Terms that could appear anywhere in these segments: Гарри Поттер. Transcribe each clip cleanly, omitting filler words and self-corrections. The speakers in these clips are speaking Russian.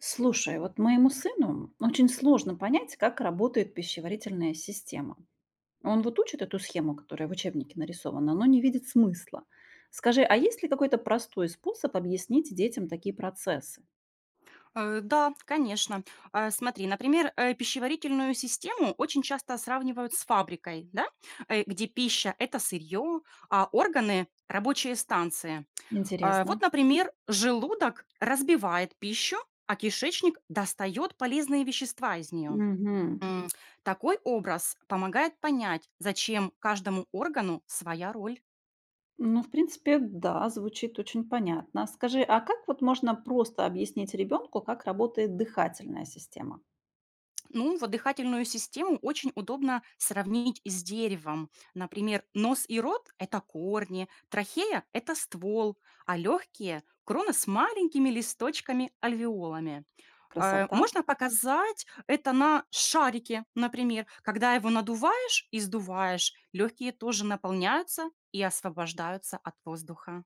Слушай, вот моему сыну очень сложно понять, как работает пищеварительная система. Он вот учит эту схему, которая в учебнике нарисована, но не видит смысла. Скажи, а есть ли какой-то простой способ объяснить детям такие процессы? Да, конечно. Смотри, например, пищеварительную систему очень часто сравнивают с фабрикой, да? э, где пища — это сырье, а органы — рабочие станции. Вот, Интересно. например, желудок разбивает пищу, а кишечник достает полезные вещества из нее. Мгм. Такой образ помогает понять, зачем каждому органу своя роль. Ну, в принципе, да, звучит очень понятно. Скажи, а как вот можно просто объяснить ребенку, как работает дыхательная система? Ну, вот дыхательную систему очень удобно сравнить с деревом. Например, нос и рот — это корни, трахея — это ствол, а легкие — крона с маленькими листочками-альвеолами. Красота? Можно показать это на шарике, например. Когда его надуваешь и сдуваешь, легкие тоже наполняются и освобождаются от воздуха.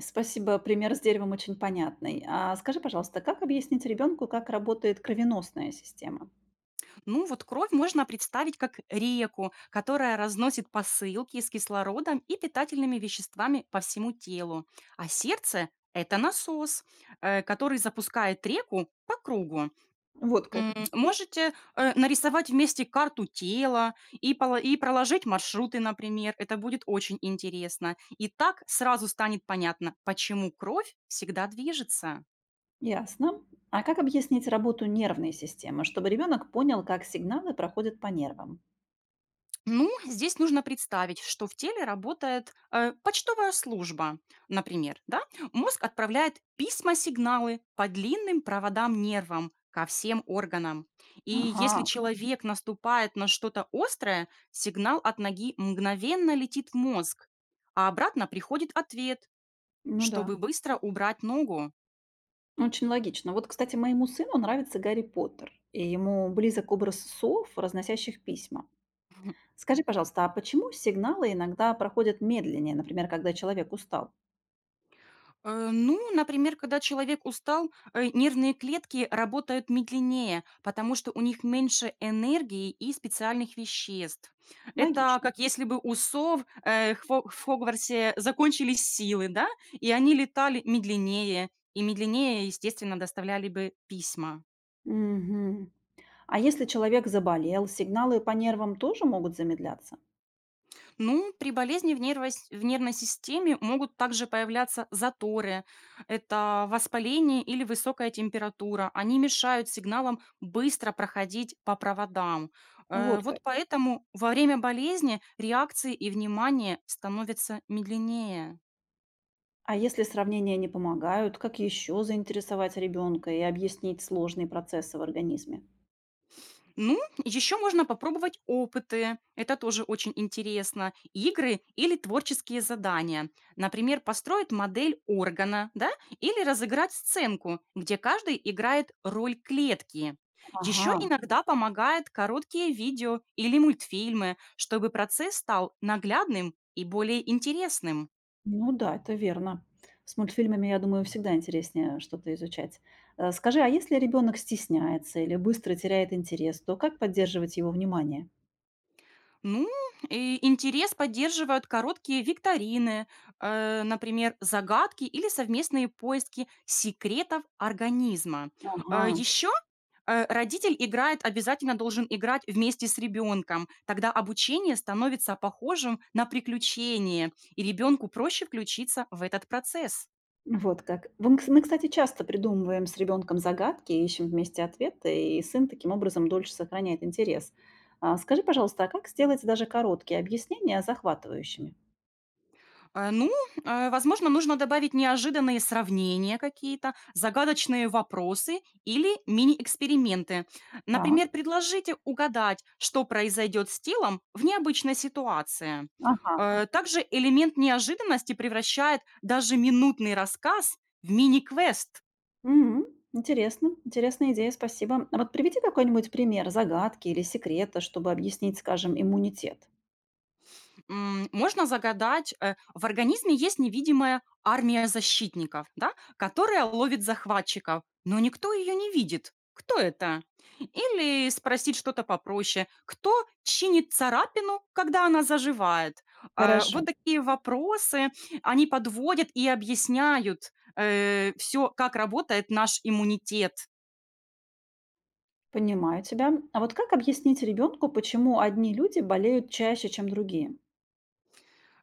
Спасибо, пример с деревом очень понятный. А скажи, пожалуйста, как объяснить ребенку, как работает кровеносная система? Ну, вот кровь можно представить как реку, которая разносит посылки с кислородом и питательными веществами по всему телу. А сердце — это насос, который запускает реку по кругу. Вот как. Можете нарисовать вместе карту тела и, и проложить маршруты, например. Это будет очень интересно. И так сразу станет понятно, почему кровь всегда движется. Ясно. А как объяснить работу нервной системы, чтобы ребенок понял, как сигналы проходят по нервам? Ну, здесь нужно представить, что в теле работает почтовая служба, например, да? Мозг отправляет письма-сигналы по длинным проводам нервам ко всем органам. И Ага, если человек наступает на что-то острое, сигнал от ноги мгновенно летит в мозг, а обратно приходит ответ, ну да. чтобы быстро убрать ногу. Очень логично. Вот, кстати, моему сыну нравится Гарри Поттер, и ему близок образ сов, разносящих письма. Скажи, пожалуйста, а почему сигналы иногда проходят медленнее, например, когда человек устал? Ну, например, когда человек устал, нервные клетки работают медленнее, потому что у них меньше энергии и специальных веществ. Это Логично. как если бы у сов в Хогвартсе закончились силы, да, и они летали медленнее, и медленнее, естественно, доставляли бы письма. Мгм. А если человек заболел, сигналы по нервам тоже могут замедляться? Ну, при болезни в в нервной системе могут также появляться заторы, это воспаление или высокая температура. Они мешают сигналам быстро проходить по проводам. Ну вот как. Вот поэтому во время болезни реакции и внимание становятся медленнее. А если сравнения не помогают, как еще заинтересовать ребенка и объяснить сложные процессы в организме? Ну, еще можно попробовать опыты, это тоже очень интересно, игры или творческие задания. Например, построить модель органа, да, или разыграть сценку, где каждый играет роль клетки. Еще Ага, иногда помогает короткие видео или мультфильмы, чтобы процесс стал наглядным и более интересным. ну да, это верно. С мультфильмами, я думаю, всегда интереснее что-то изучать. Скажи, а если ребенок стесняется или быстро теряет интерес, то как поддерживать его внимание? Ну, и интерес поддерживают короткие викторины, например, загадки или совместные поиски секретов организма. Ага. Еще родитель играет, обязательно должен играть вместе с ребенком. Тогда обучение становится похожим на приключение, и ребенку проще включиться в этот процесс. Вот как. Вон кс Мы, кстати, часто придумываем с ребенком загадки, ищем вместе ответы, и сын таким образом дольше сохраняет интерес. А, скажи, пожалуйста, а как сделать даже короткие объяснения захватывающими? Ну, возможно, нужно добавить неожиданные сравнения какие-то, загадочные вопросы или мини-эксперименты. Так. Например, предложите угадать, что произойдет с телом в необычной ситуации. Ага. Также элемент неожиданности превращает даже минутный рассказ в мини-квест. Мгм. Интересно. Интересная идея, спасибо. А вот приведи какой-нибудь пример загадки или секрета, чтобы объяснить, скажем, иммунитет. М, можно загадать, в организме есть невидимая армия защитников, да, которая ловит захватчиков, но никто ее не видит. Кто это? Или спросить что-то попроще. Кто чинит царапину, когда она заживает? Хорошо. Вот такие вопросы, они подводят и объясняют все, как работает наш иммунитет. Понимаю тебя. А вот как объяснить ребенку, почему одни люди болеют чаще, чем другие?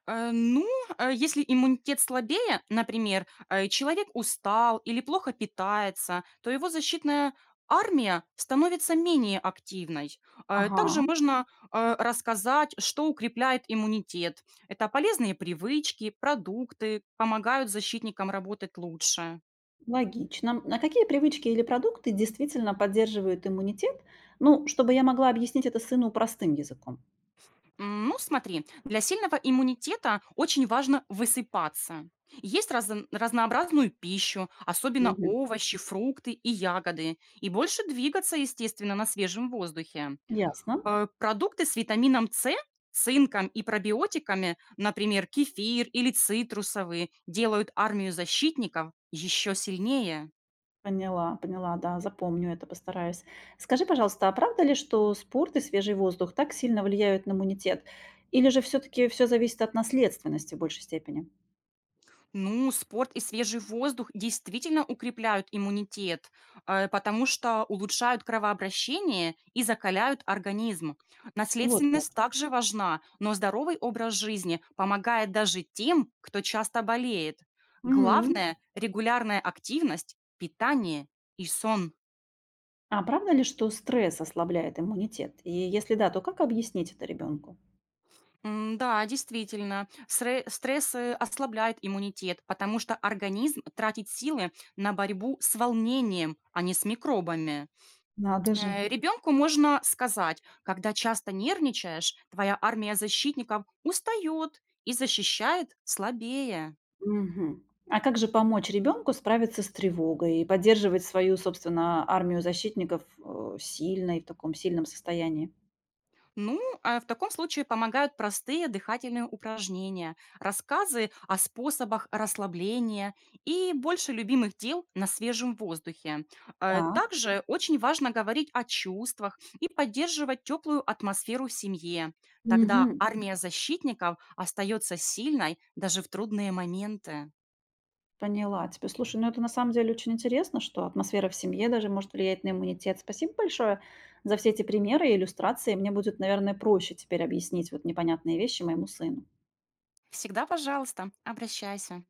Ну, если иммунитет слабее, например, человек устал или плохо питается, то его защитная армия становится менее активной. Также Ага. можно рассказать, что укрепляет иммунитет. Это полезные привычки, продукты, помогают защитникам работать лучше. Логично. А какие привычки или продукты действительно поддерживают иммунитет? Ну, чтобы я могла объяснить это сыну простым языком. Ну, смотри, для сильного иммунитета очень важно высыпаться. Есть разнообразную пищу, особенно Мгм. овощи, фрукты и ягоды, и больше двигаться, естественно, на свежем воздухе. Ясно. Продукты с витамином С, цинком и пробиотиками, например, кефир или цитрусовые, делают армию защитников еще сильнее. Поняла, поняла, да, запомню это, постараюсь. Скажи, пожалуйста, а правда ли, что спорт и свежий воздух так сильно влияют на иммунитет? Или же все-таки все зависит от наследственности в большей степени? Ну, спорт и свежий воздух действительно укрепляют иммунитет, потому что улучшают кровообращение и закаляют организм. Вот как. Наследственность также важна, но здоровый образ жизни помогает даже тем, кто часто болеет. М. Главное — регулярная активность, питание и сон. А правда ли, что стресс ослабляет иммунитет? И если да, то как объяснить это ребенку? Да, действительно, стресс ослабляет иммунитет, потому что организм тратит силы на борьбу с волнением, а не с микробами. Надо же. Ребенку можно сказать, когда часто нервничаешь, твоя армия защитников устает и защищает слабее. Мгм. А как же помочь ребенку справиться с тревогой и поддерживать свою, собственно, армию защитников, сильной, в таком сильном состоянии? Ну, а в таком случае помогают простые дыхательные упражнения, рассказы о способах расслабления и больше любимых дел на свежем воздухе. Так. Также очень важно говорить о чувствах и поддерживать теплую атмосферу в семье. Тогда Мгм. армия защитников остается сильной даже в трудные моменты. Поняла тебя. Слушай, ну это на самом деле очень интересно, что атмосфера в семье даже может влиять на иммунитет. Спасибо большое за все эти примеры и иллюстрации. Мне будет, наверное, проще теперь объяснить вот непонятные вещи моему сыну. Всегда, пожалуйста, обращайся.